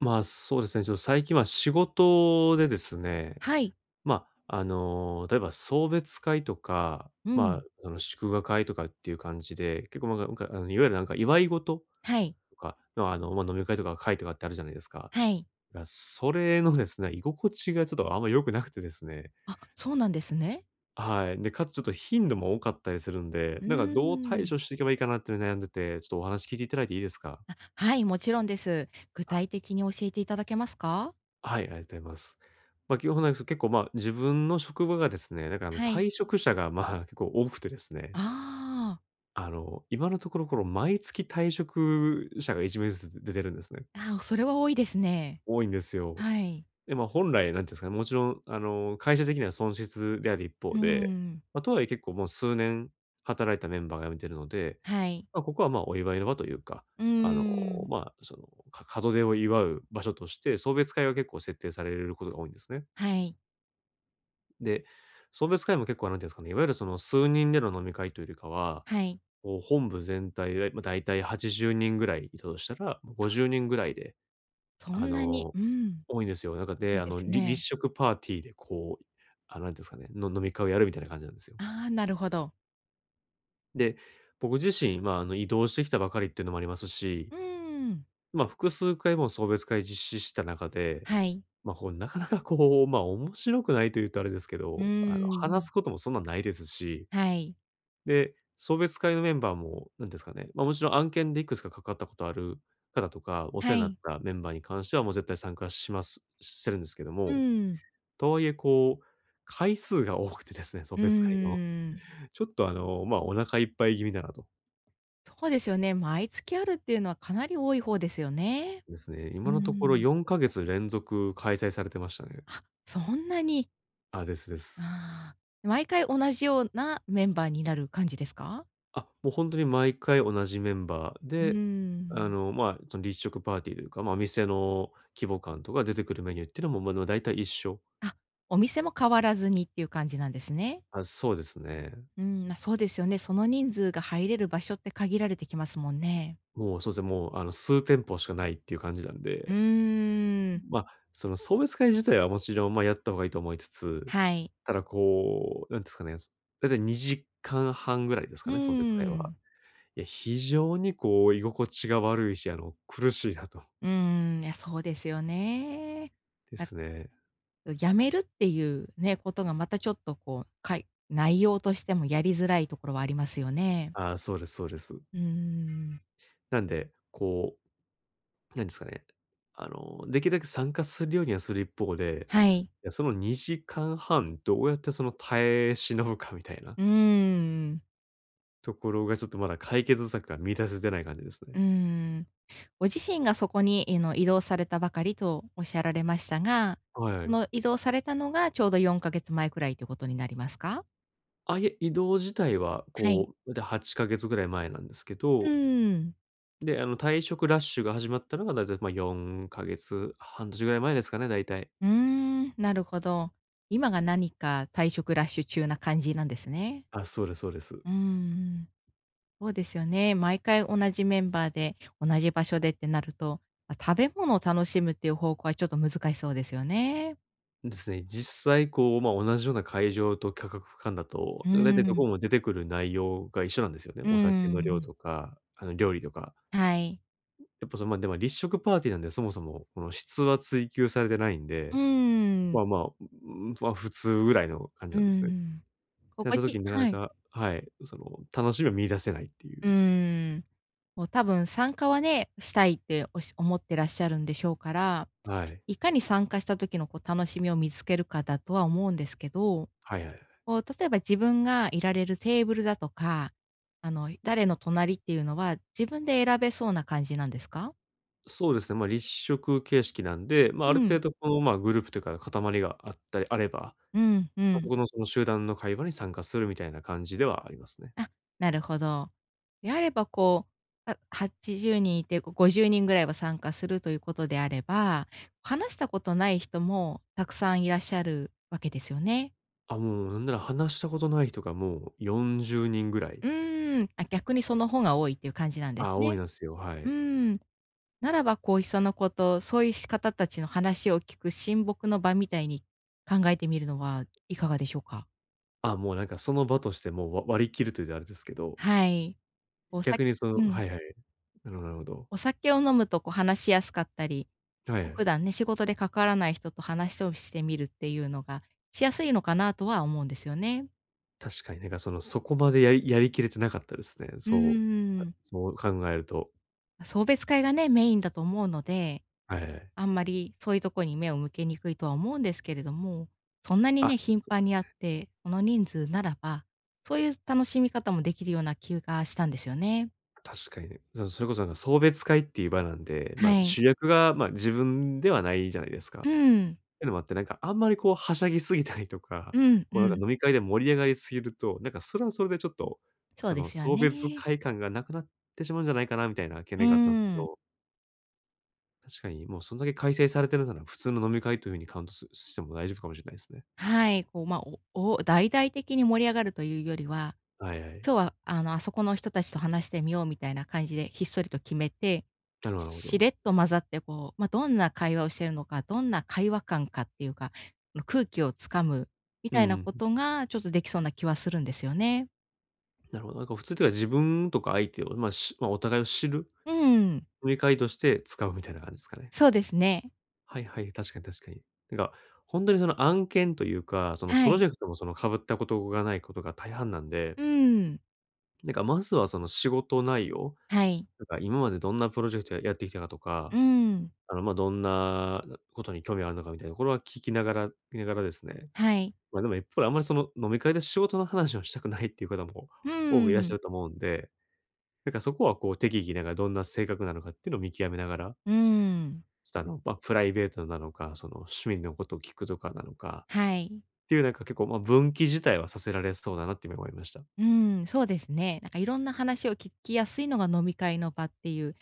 そうですね、ちょっと最近は仕事でですね、はい。例えば送別会とか、うん。その祝賀会とかっていう感じで、結構いわゆるなんか祝い事はい。とかの、飲み会とか会とかってあるじゃないですか。はい。が、それのですね、居心地がちょっとあんま良くなくてですね。あ、そうなんですね。はい。で、かつちょっと頻度も多かったりするんで、うーなんかどう対処ん。していけばいいかなって悩んでて、ちょっとお話聞いていただいていいですか？はい、もちろんです。具体的に教えていただけますか？はい、ありがとうございます。基本なんですけど、結構、自分の職場がですね、はい。退職者が、結構多くてですね、ああ。あの、今のところ、この、毎月退職者が1名ずつ出てるんですね。あ、それは多いですね。多いんですよ。はい。で、本来、なんていうんですかね、もちろん、あの、会社的には損失である一う方ーで、ん。とはいえ結構もう数年働いたメンバーが辞めてるので、はい。ここは、お祝いの場というか、うあの、ーん。門出を祝う場所として、送別会が結構設定されることが多いんですね。はい。で、送別会も結構なんていうんですかね、いわゆるその数人での飲み会というよりかは、はい。こう本部全体で、大体80人ぐらいいたとしたら、50人ぐらいで、そあんなに、の、うん、多いんですよ。なんか多で、いあでの、すり立ね。食パーティーでこう、あの、なんていうんですかね、の飲み会をやるみたいな感じなんですよ。ああ、なるほど。で、僕自身、移動してきたばかりっていうのもありますし、うーん。複数回も送別会実施した中で、はい。こうなかなかこう、面白くないと言うとあれですけうーど、あの、話ん。すこともそんなないですしはい。で、送別会のメンバーも、なんですかね、もちろん案件でいくつか関わったことある方とか、お世は話になっい。たメンバーに関してはもう絶対参加しますしてるんですけどうも、ん。とはいえこう、回数が多くてですね、送うー別会の。ん。ちょっとお腹いっぱい気味だなと。そうですよね。毎月あるっていうのはかなり多い方ですよね。ですね、う今ーのところん。4か月連続開催されてましたね。あ、そんなに。あ、ですです。ああ、毎回同じようなメンバーになる感じですか？あ、もう本当に毎回同じメンバーうーで、ん。その立食パーティーというか、お店の規模感とか出てくるメニューっていうのも、でも大体一緒。あ、お店も変わらずにっていう感じなんですね。あ、そうですね。うーん、ま、そうですよね。その人数が入れる場所って限られてきますもんね。もう、そうですね、もう、あの、数店舗しかないっていう感じなんうで、ーうん、ん。その送別会自体はもちろん、やった方がいいと思いつつ、はい。ただこう、なんですかね、だいたい2時間半ぐらいですかうね、送別会ーは。ん。いや、非常にこう居心地が悪いし、あの、苦しいなと。うーん、いや、そうですよね。でだすね。辞めるっていうね、ことがまたちょっとこう、内容としてもやりづらいところはありますよね。あ、そうですそうです。うーん。なんで、こう、なんですかね、あの、できるだけ参加するようにはする一方で、はい。いや、その2時間半どうやってその耐え忍ぶかみたいな。うーん。ところが、ちょっとまだ解決策が見出せてない感じですね。うーん。ご自身がそこに、の、移動されたばかりとおっしゃられましたが、はいはそい。の移動されたのがちょうど4か月前くらいということになりますか？あ、いえ、移動自体は、はい。こう、だいたい8か月ぐらい前なんですけうど、ーん。で、あの、退職ラッシュが始まったのが、だいたい、4か月、半年ぐらい前ですかね、大体。うーん、なるほど。今が何か退職ラッシュ中な感じなんですね。あ、そうですそうです。うーん。そうですよね。毎回同じメンバーで、同じ場所でってなると、まあ、食べ物を楽しむっていう方向はちょっと難しそうですよね。ですね、実際こう、同じような会場と価格間だと、うだいたいどん、こも出てくる内容が一緒なんですよね。うお酒の量ん、とか、あの、料理とか。はい。やっぱ、でも立食パーティーなんで、そもそも、この質は追求されてないんうでん、普通ぐらいの感じうなんですね。っん。てこなっごた時じになかなはい。か、はい、その、楽しみを見出せないっていうう。ん。もう多分参加はね、したいって思ってらっしゃるんでしょうから、はい。いかに参加した時のこう楽しみを見つけるかだとは思うんですけど、はいはいはい。こう、例えば自分がいられるテーブルだとか、あの、誰の隣っていうのは自分で選べそうな感じなんですか？そうですね、立食形式なんで、あるうん。程度この、グループというか、塊があったりあれば、うんうそん。このその集団の会話に参加するみたいな感じではありますね。あ、なるほど。であれば、こう、あ、80人いて、こう50人ぐらいは参加するということであれば、話したことない人もたくさんいらっしゃるわけですよね。あ、もうなんなら話したことない人がもう40人ぐらい、うーん、あ、逆にその方が多いっていう感じなんであ、す多いね。なんすよ、はうい。ーん。ならば、こう、いっそのこと、そういう方たちの話を聞く親睦の場みたいに考えてみるのはいかがでしょうか？あ、もうなんかその場としても割り切るというとあれですけど、はい。おさ逆にそのうん。はいはい。なるほどなるほど。お酒を飲むとこう話しやすかったり、はいこうは普い。段ね、仕事で関わらない人と話をしてみるっていうのがしやすいのかなとは思うんですよね。確かに、なんかその、そこまでやりきれてなかったですね。うそーう、ん。そう考えると。送別会がね、メインだと思うので、はい。あんまりそういうとこに目を向けにくいとは思うんですけれども、そんなにあ、ね、頻そうで繁す。にあって、その人数ならば、そういう楽しみ方もできるような気がしたんですよね。確かにね。れこそなんか送別会っていう場なんで、はい。主役が、自分ではないじゃないですうか。ん。ってのもあって、なんかあんまりこうはしゃぎすぎたりとか、うんうこうなんかん。飲み会で盛り上がりすぎると、なんかそれはそれでちょっと、そうそでのすよ送別ね。会感がなくなってしまうんじゃないかなみたいな懸う念があったんですけん。ど、確かにもうそんだけ開催されてるなら、普通の飲み会という風にカウントても大丈夫かもしれないですね。はい、こう、まあ、大々的に盛り上がるというよりははいはい。今日はあの、あそこの人たちと話してみようみたいな感じでひっそりと決めて、なるほどなるほしど。れっと混ざってこう、ま、どんな会話をしてるのか、どんな会話感かっていうか、の空気をつかむみうんたういなこん。とがちょっとできそうな気はするんですよね。なるほど。なんか普通っていうか、自分とか相手を、お互いを知るうーん、飲み会として使うみたいな感じですかね。そうですね。はいはい、確かに確かに。なんか、ほんとにその案件というか、そのはプロい。ジェクトもその被ったことがないことが大半なんで、うーん、なんかまずはその仕事内容、はい。なんか今までどんなプロジェクトやってきたかとうか、ーん、どんなことに興味があるのかみたいなところは聞きながら見ながらですね。はい。でも一方であんまりその飲み会で仕事の話をしたくないっていう方もう多くーいらっしゃん、ると思うんでなんかそこはこう適宜なんかどんな性格なのかっていうのを見極めながら、うーん、ちょっとプライベートなのか、その趣味のことを聞くとかなのかはい。っていうなんか結構、分岐自体はさせられそうだなって今思いました。うーん、そうですね。なんかいろんな話を聞きやすいのが飲み会の場っていう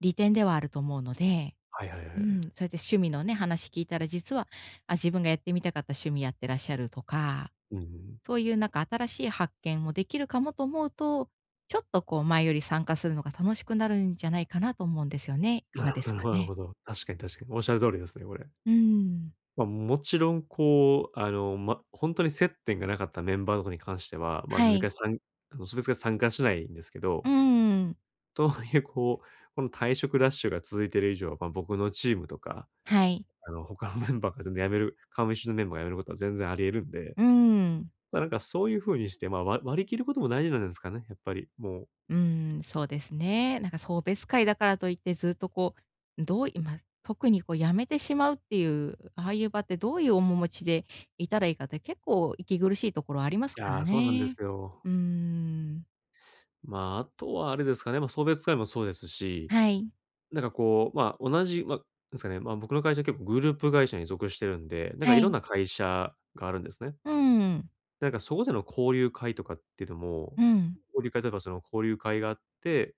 利点ではあると思うので、はいはいはいうはん、そうい。やって趣味のね、話聞いたら実は、あ、自分がやってみたかった趣味やってらっしゃるとか、うんそういうなんか新しい発見もできるかもと思うと、ちょっとこう前より参加するのが楽しくなるんじゃないかなと思うんですよね。いかなるがほでど すなるほかどなるね？ほど。確かに確かに。おっしゃる通りですね、これ。うん。もちろんこう、本当に接点がなかったメンバーとかに関しては、飲はみい。会参あの、別が参加しないんですけど、うん。とはいえこう、この退職ラッシュが続いている以上は、僕のチームとかはい。あの、他のメンバーが全然辞める顔見知りのメンバーが辞めることは全然あり得るんで、うん。なんかそういう風にして、割り切ることも大事なんですかね、やっぱり、もう。うーん、そうですね。なんか送別会だからといってずっとこう、どういま、特にこうやめてしまうっていう、ああいう場ってどういう面持ちでいたらいいかって結構息苦しいところありますいからや、そうなんでね。すよ。うーん。まあ、あとはあれですかね、送別会もそうですし、はい。なんかこう、まあ、同じ、ま、ですかね、ま、僕の会社結構グループ会社に属してるんで、なんかはいろんい。な会社があるんですね。うん。なんかそこでの交流会とかっていうのも、うん。交流会、例えばその交流会があって、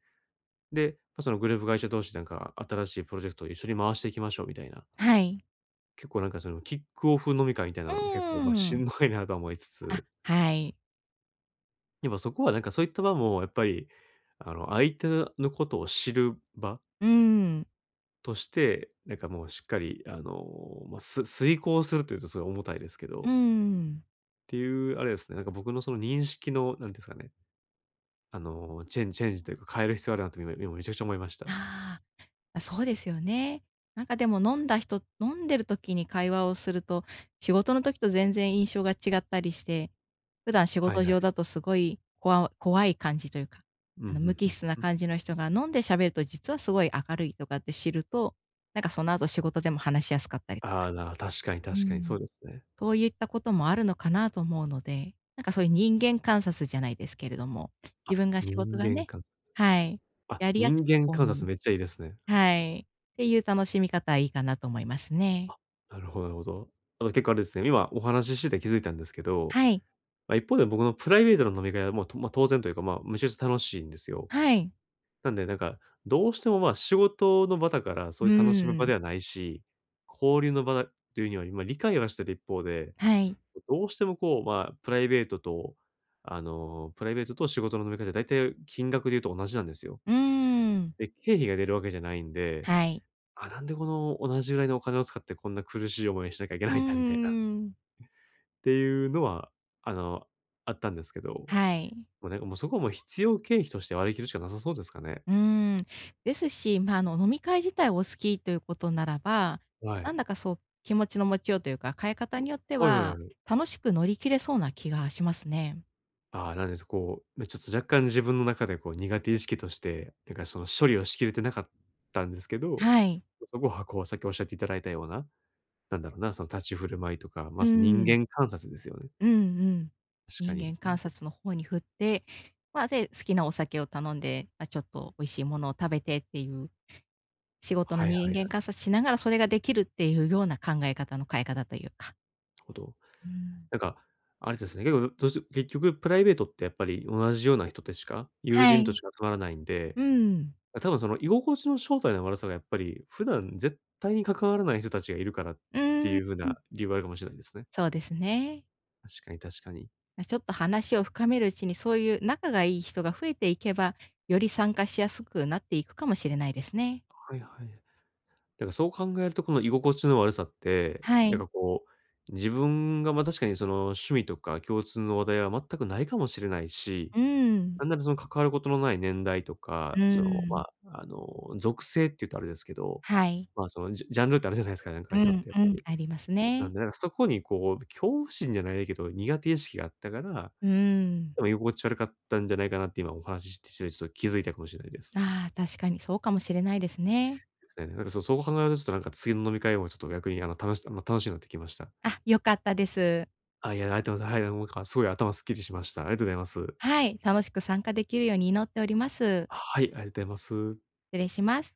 で、そのグループ会社同士でなんか新しいプロジェクトを一緒に回していきましょうみたいな。はい。結構なんかそのキックオフ飲み会みたいなうのも結構、ーしん。んどいなとは思いつあ、つ、はい。やっぱそこはなんかそういった場もやっぱり、相手のことを知る場うーん。として、なんかもうしっかり遂行するというとすごい重たいですけうーど、ん。っていうあれですね。なんか僕のその認識の、なんていうんですかね、あの、チェンジというか変える必要あるなと今めちゃくちゃ思いました。ああ。あ、そうですよね。なんかでも飲んだ人飲んでる時に会話をすると、仕事の時と全然印象が違ったりして、普段仕はい事はい。上だとすごい怖い感じというか、うん、あうの無機ん質うん。な感じの人が飲んで喋ると実はすごい明るいとかって知ると、なんかその後仕事でも話しやすかったりとああか、ー、確かにう確かにそん、うですね。そういったこともあるのかなと思うので、なんかそういう人間観察じゃないですけれども、あ、自分が仕事人が間ね、観察、はい、あ、やりやす人い間方観察に、めっちゃいいですね。はい、っていう楽しみ方はいいかなと思いますね。なるほどなるほど。あと結構あれですね、今お話ししてて気づいたんですけど、はい。まあ、一方で僕のプライベートの飲み会はもう、と当然というか、まあ、めちゃくちゃ楽しいんですよ。はい。なんでなんか、どうしても、仕事の場だから、そうういう楽しむー場ではん。ないし、交流の場だというには、今理解はしてる一方で、はい。どうしてもこう、プライベートと仕事の飲み会って大体金額で言うと同じなんですよ。うーん。で、経費が出るわけじゃないんで、はい。あ、なんでこの同じぐらいのお金を使ってこんな苦しい思いをしなきゃいけうーないんだみたいな。ん。っていうのは、あの、あったんですけど、もはい。うなんかもうそこはもう必要経費として割り切るしかなさそうですかね。うーん。ですし、ま、あの、飲み会自体お好きということならば、はない。んだかそう、気持ちの持ちようというか、変え方によってはいはいはは、い。楽しく乗り切れそうな気がしますね。ああ、なんですこう、ね、ちょっと若干自分の中でこう苦手意識として、なんかその処理をしきれてなかったんですけど、はい。そこはこうさっきおっしゃっていただいたような、なんだろうな、その立ち振る舞いとか、うまず人ーん。間観察ですよね。うんうん。確か人に。間人観間、察の方に振って、まあ、で、好きなお酒を頼んで、まあ、ちょっと美味しいものを食べてっていう、仕事のはいはいは人い、な間る観察しながらそれができるっていうような考え方の変え方というか。ほど。うん。なんか、あれですね、結構どうし結局プライベートってやっぱり同じような人でしか、友は人とい。しか集まらないんで、うん。多分その居心地の正体の悪さがやっぱり、普段絶対に関わらない人たちがいるからっうてーん。いう風な理由はあるかもしれないですね。そうですね。確かに確かに。ま、ちょっと話を深めるうちに、そういう仲がいい人が増えていけば、より参加しやすくなっていくかもしれないですね。はいはい。だからそう考えると、この居心地の悪さって、はなんい。かこう、自分が確かにその趣味とか共通の話題は全くないかもしれないし、うん。なんならその関わることのない年代とか、うん。あ、あの、属性って言うとあれですけど、はい。ま、そのジャンルってあるじゃないですか、なんうか人っんてやっうぱん、り。ありますなね。んで、なんかそこにこう、恐怖心じゃないけど、苦手意識があったから、うーん。多分居心地悪かったんじゃないかなって今お話ししてちょっと気づいたかもしれないです。ああ、確かにそうかもしれないですね。ですね。なんかそう、そこ考えるとちょっとなんか次の飲み会もちょっと逆にあの、楽しいなってきました。あ、良かったです。あ、いや、ありがとうございます。はい、なんかすごい頭すっきりしました。ありがとうございます。はい、楽しく参加できるように祈っております。はい、ありがとうございます。失礼します。